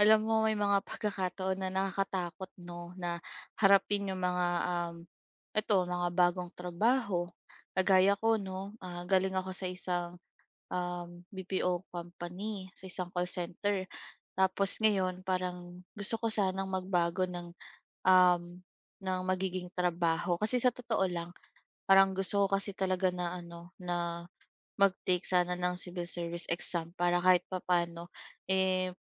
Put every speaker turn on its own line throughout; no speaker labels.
Alam mo may mga pagkakataon na nakakatakot 'no, na harapin yung mga, um, eto mga bagong trabaho. Kagaya ko 'no, ah, galing ako sa isang, BPO company, sa isang call center. Tapos ngayon parang gusto ko sanang magbago ng, um, ng magiging trabaho. Kasi sa totoo lang, parang gusto ko kasi talaga na ano, na mag-take sana ng civil service exam para kahit papaano, eh,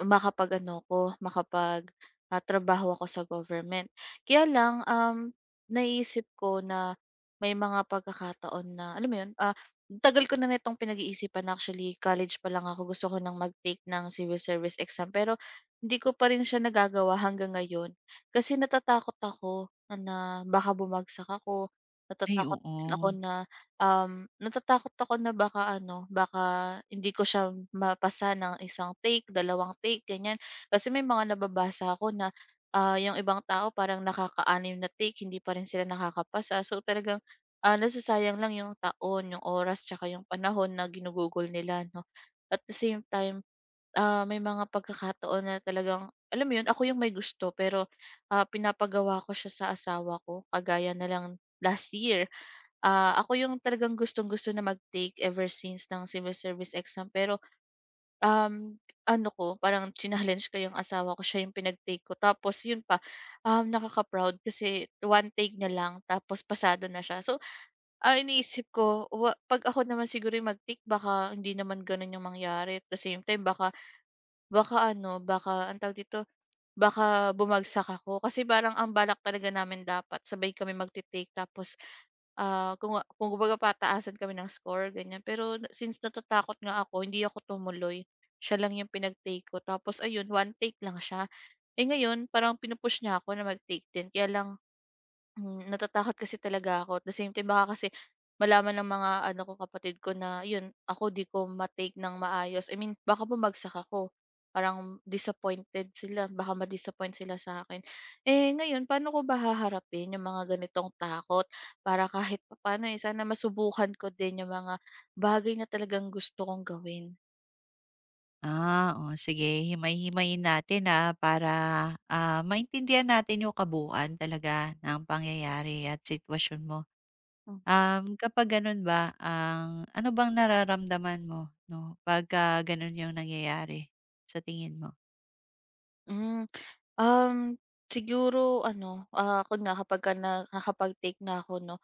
makapag-ano ako, makapag, ah, trabaho ako sa government. Kaya lang, naisip ko na may mga pagkakataon na alam mo yun, ah, tagal ko na nitong pinag-iisipan, actually college pa lang ako gusto ko ng mag-take ng civil service exam pero hindi ko pa rin siya nagagawa hanggang ngayon. Kasi natatakot ako na na baka bumagsak ako,
Ay,
natatakot din ako
oo.
na natatakot ako na baka ano, baka hindi ko siya mapasa ng isang take, dalawang take, ganyan. Kasi may mga nababasa ako na, ah, yung ibang tao parang nakakaanim na take hindi pa rin sila nakakapasa. So talagang, ah, nasasayang lang yung taon, yung oras, tsaka yung panahon na ginugugol nila 'no. At the same time, ah, may mga pagkakataon na talagang alam mo yun, ako yung may gusto pero, ah, pinapagawa ko siya sa asawa ko. Kagaya na lang last year. Ah, ako yung talagang gustong-gusto na mag-take ever since ng civil service exam pero, um, ano ko parang challenge ko yung asawa ko, siya yung pinag-take ko tapos yun pa, um, nakaka-proud kasi one take na lang tapos pasado na siya. So, ah, iniisip ko wa 'pag ako naman siguro yung mag-take baka hindi naman ganun yung mangyari, at the same time baka baka ano, baka anong tawag dito? Baka bumagsak ako kasi parang ang balak talaga namin dapat sabay kami magte-take tapos, ah, kung kumbaga pataasan kami ng score ganyan. Pero since natatakot nga ako hindi ako tumuloy, siya lang yung pinag-take ko tapos ayun one take lang siya. Eh, ngayon parang pinu-push niya ako na mag-take din kaya lang Hmm, natatakot kasi talaga ako, at the same time baka kasi malaman ng mga ano ko, kapatid ko na yun, ako di ko ma ng maayos. I mean baka bumagsak ako, parang disappointed sila, baka ma-disappoint sila sa akin. Eh, ngayon paano ko ba haharapin yung mga ganitong takot para kahit paano eh, sana masubukan ko din yung mga bagay na talagang gusto kong gawin?
Oh, Sige, himay-himayin natin, para, maintindihan natin yung kabuuan talaga ng pangyayari at sitwasyon mo.
Hmm.
Kapag gano'n ba, ang ano bang nararamdaman mo 'no, pagka gano'n yung nangyayari sa tingin mo?
Hmm, um, siguro ano, ah, ako nga kapagka na nakapag-take na ako 'no,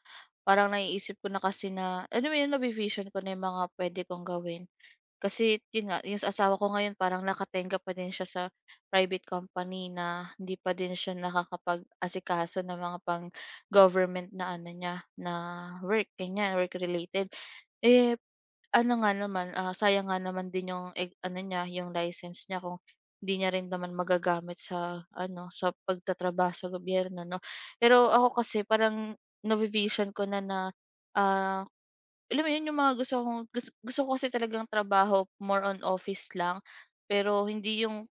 parang naiisip ko na kasi na ano mo yun, navi-vision ko na yung mga puwede kong gawin. Kasi yun nga, yung sa asawa ko ngayon parang nakatenga pa din siya sa private company na hindi pa din siya nakakapag-asikaso ng mga pang-government na ano niya, na work, kanya work related. Eh, ano nga naman, ah, sayang nga naman din yung eg ano niya, yung license niya kung hindi niya rin naman magagamit sa ano, sa pagtatrabaho sa gobyerno 'no. Pero ako kasi parang navi ko na na, ah, alam mo 'yun, yung mga gusto kong gus gusto ko kasi talagang trabaho more on office lang, pero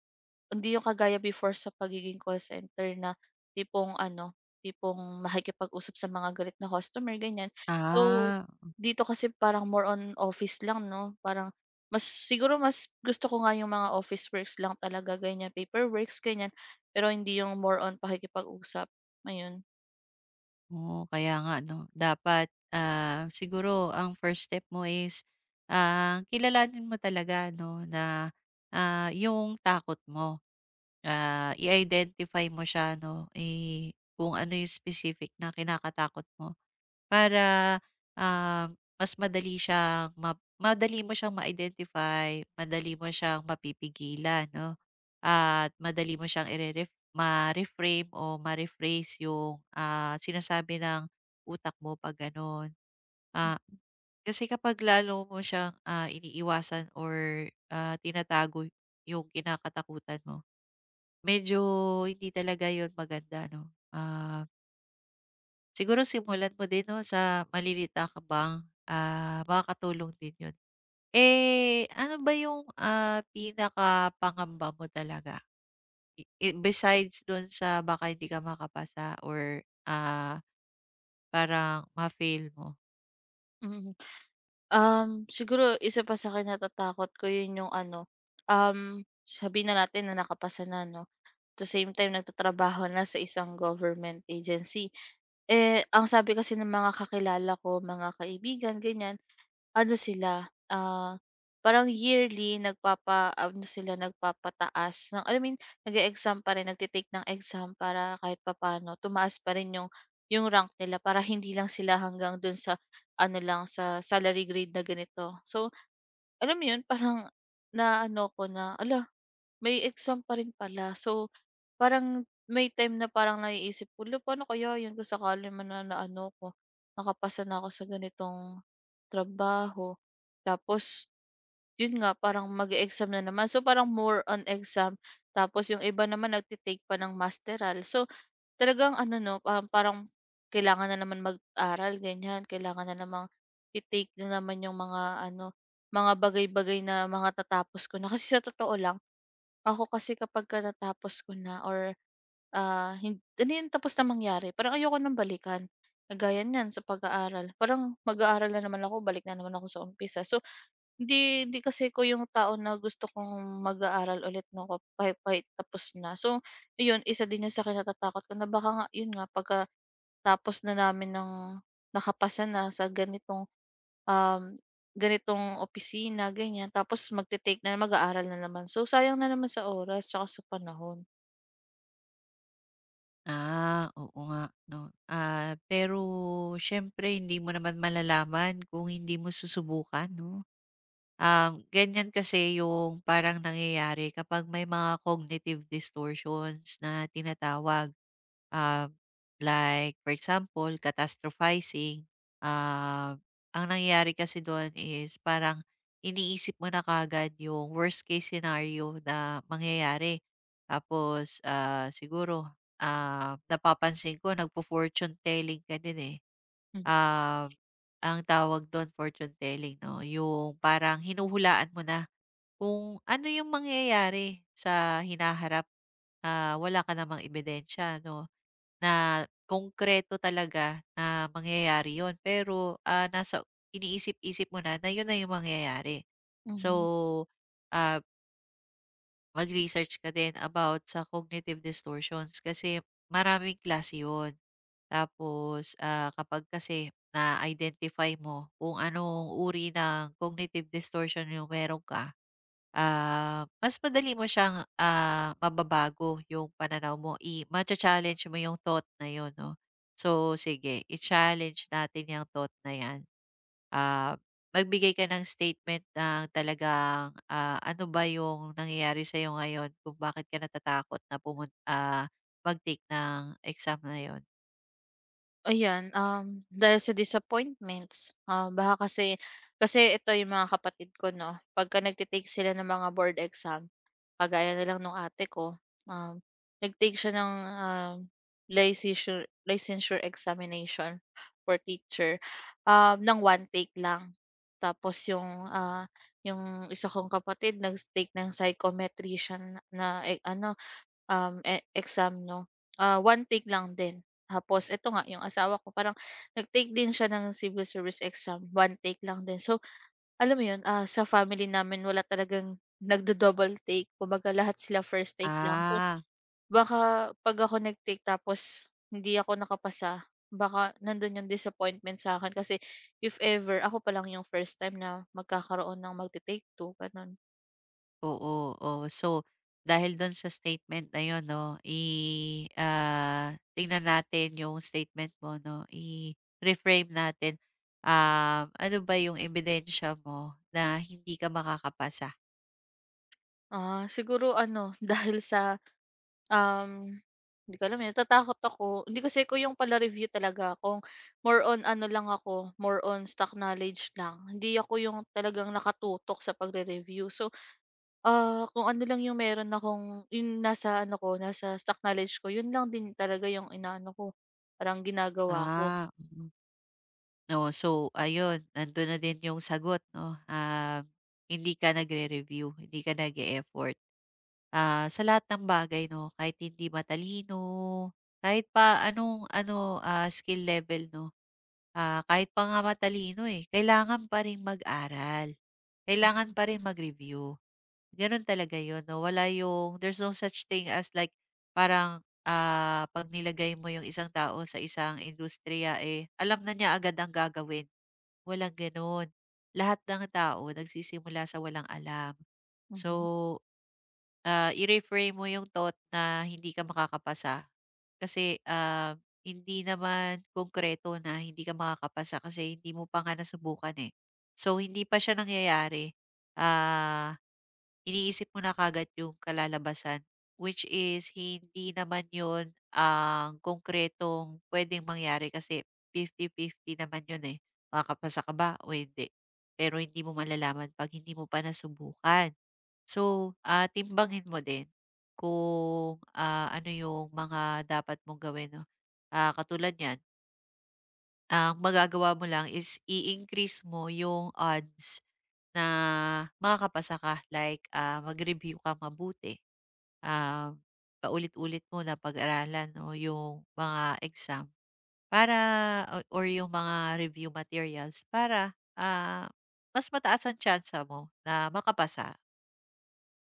hindi yung kagaya before sa pagiging call center na tipong ano, tipong makikipag-usap sa mga galit na customer, ganiyan. So
Ah.
dito kasi parang more on office lang 'no, parang mas siguro mas gusto ko nga yung mga office works lang talaga ganyan, paperworks ganyan, pero hindi yung more on pakikipag-usap, ayun.
Oo, kaya nga 'no. Dapat, siguro ang first step mo is, kilalanin mo talaga 'no na, yung takot mo. I-identify mo siya 'no, eh, kung ano yung specific na kinakatakot mo. Para, ah, mas madali siyang ma, madali mo siyang ma-identify, madali mo siyang mapipigilan 'no, at madali mo siyang ma-reframe o ma-rephrase yung, sinasabi ng utak mo 'pag gano'n. Ah, Kasi kapag lalo mo siyang, iniiwasan or, tinatago yung kinakatakutan mo, medyo hindi talaga yun maganda 'no. Siguro simulan mo din 'no, sa maliliit na hakbang, makakatulong din 'yun. Eh, ano ba yung, pinakapangamba mo talaga? I Besides dun sa baka hindi ka makapasa or, parang ma-fail mo?
Mm. Siguro isa pa sa'kin natatakot ko yun yung ano, um, sabihin na natin na nakapasa na 'no, at the same time nagtatrabaho na sa isang government agency. Eh, ang sabi kasi ng mga kakilala ko, mga kaibigan ganyan, ano sila, ah, parang yearly nagpapa ano sila, nagpapataas ng alam mo nag exam pa rin, nagte ng exam para kahit papaano tumaas pa rin yung rank nila para hindi lang sila hanggang dun sa ano lang, sa salary grade na ganito. So, alam mo yun, parang na ano ko na, "Hala, may exam pa rin pala." So, parang may time na parang naiisip ko, "Hala, paano kaya 'yun kung sakali man na na ano ko nakapasa na ako sa ganitong trabaho." Tapos 'yun nga, parang mag exam na naman. So, parang more on exam, tapos yung iba naman nagte pa ng masteral. So, talagang ano 'no, parang kailangan na naman mag-aral ganyan, kailangan na namang i-take na naman yung mga ano, mga bagay-bagay na mga tatapos ko na. Kasi sa totoo lang, ako kasi kapagka natapos ko na or, ah, hin ano yung tapos na mangyari, parang ayoko ng balikan. Kagaya niyan sa pag-aaral, parang mag-aaral na naman ako, balik na naman ako sa umpisa. So hindi hindi kasi ko yung tao na gusto kong mag-aaral ulit 'no, ka kahit kahit tapos na. So, yun isa din yun sa kinatatakot ko na baka nga yun nga pagkatapos na namin ng nakapasa na sa ganitong, um, ganitong opisina ganyan tapos magte-take na mag-aaral na naman. So, sayang na naman sa oras tsaka sa panahon.
Ah, oo nga 'no. Ah, pero siyempre hindi mo naman malalaman kung hindi mo susubukan 'no? Ganyan kasi yung parang nangyayari kapag may mga cognitive distortions na tinatawag. Um, like for example catastrophizing, ah, ang nangyayari kasi do'n is parang iniisip mo na kagad yung worst case scenario na mangyayari. Tapos, siguro, napapansin ko nagfo-fortune telling ka din, eh.
Hmm,
Um, ang tawag do'n fortune telling 'no, yung parang hinuhulaan mo na kung ano yung mangyayari sa hinaharap, wala ka namang ebidensya 'no. Na konkreto talaga na mangyayari yon pero, nasa iniisip-isip mo na na 'yun na 'yung mangyayari.
mhm.
So, ah, mag-research ka din about sa cognitive distortions kasi maraming klase 'yun. Tapos, kapag kasi na-identify mo kung anong uri ng cognitive distortion 'yung meron ka. Mas madali mo siyang, mababago yung pananaw mo, macha-challenge mo yung thought na yun 'no. So sige, i-challenge natin yung thought na yan. Ah, Magbigay ka ng statement ng talagang, ano ba yung nangyayari sa'yo ngayon kung bakit ka natatakot na mag-take ng exam na yun?
Ayan, dahil sa disappointments, ah, baka kasi kasi ito yung mga kapatid ko 'no, pagka nagte-take sila ng mga board exam, kagaya na lang nung ate ko, um, nag siya ng, um, licensure licensure examination for teacher, um, ng one take lang. Tapos yung, ah, yung isa kong kapatid nag-take ng psychometrician na, eh, ano e exam 'no, ah, one take lang din. Tapos eto nga yung asawa ko parang nag-take din siya ng civil service exam, one take lang din. So, alam mo yun, ah, sa family namin wala talagang nagdo-double take kumbaga lahat sila first take lang. So,
Ah.
baka 'pag ako nag-take tapos hindi ako nakapasa, baka nandun yung disappointment sa akin, kasi if ever ako pa lang yung first time na magkakaroon ng magte-take 2 gano'n.
Oo, oo. So, dahil do'n sa statement na 'yon 'no, tingnan natin yung statement mo 'no, i-reframe natin. Ano ba yung ebidensya mo na hindi ka makakapasa?
Ah, siguro ano dahil sa Um, hindi ko alam, eh, natatakot ako. Hindi kasi ko yung pala-review talaga kung more on ano lang ako, more on stock knowledge lang. Hindi ako yung talagang nakatutok sa pagre-review. So, ah, kung ano lang yung meron akong yung nasa ano ko, nasa stock knowledge ko, yun lang din talaga yung inaano ko, parang ginagawa ko.
Ah, mm. Oo, so ayun, nandun na din yung sagot 'no, hindi ka nagre-review, hindi ka nag effort. Sa lahat ng bagay 'no, kahit hindi matalino, kahit pa anong ano, skill level 'no, kahit pa nga matalino, eh, kailangan pa ring mag-aral, kailangan pa rin mag-review. Gano'n talaga 'yun 'no, wala yung there's no such thing as like parang, 'pag nilagay mo yung isang tao sa isang industriya, eh, alam na niya agad ang gagawin, walang gano'n. Lahat ng tao nagsisimula sa walang alam.
Mhm.
So, i-reframe mo yung thought na hindi ka makakapasa kasi, hindi naman konkreto na hindi ka makakapasa kasi hindi mo pa nga nasubukan, eh. So, hindi pa siya nangyayari. Ah, Iniisip mo na kaagad yung kalalabasan, which is hindi naman yun ang konkretong pwedeng mangyari kasi 50-50 naman yun, eh. Makakapasa ka ba o hindi? Pero hindi mo malalaman 'pag hindi mo pa nasubukan. So, timbangin mo din kung, ano yung mga dapat mong gawin 'no. Katulad niyan, ang magagawa mo lang is i-increase mo yung odds na makakapasa ka like, mag-review ka mabuti. Ah, Paulit-ulit mo na pag-aralan 'no yung mga exam para or yung mga review materials para, mas mataas ang tyansa mo na makapasa.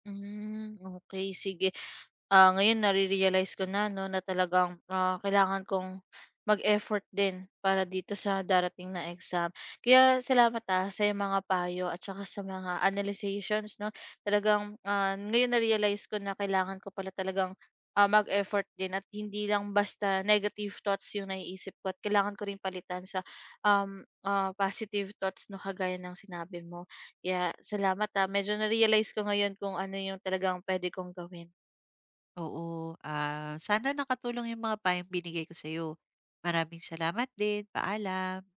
Hmm, okey sige. Ah, ngayon nare-realize ko na 'no, na talagang, ah, kailangan kong mag-effort din para dito sa darating na exam. Kaya salamat, ah, sa iyong mga payo at saka sa mga analyzations 'no. Talagang, ah, ngayon na-realize ko na kailangan ko pala talagang, ah, mag-effort din at hindi lang basta negative thoughts yung naiisip ko at kailangan ko rin palitan sa, positive thoughts 'no, kagaya ng sinabi mo. Kaya salamat, ah, medyo na-realize ko ngayon kung ano yung talagang pwede kong gawin.
Oo, sana nakatulong yung mga payong binigay ko sa'yo. Maraming salamat din, paalam.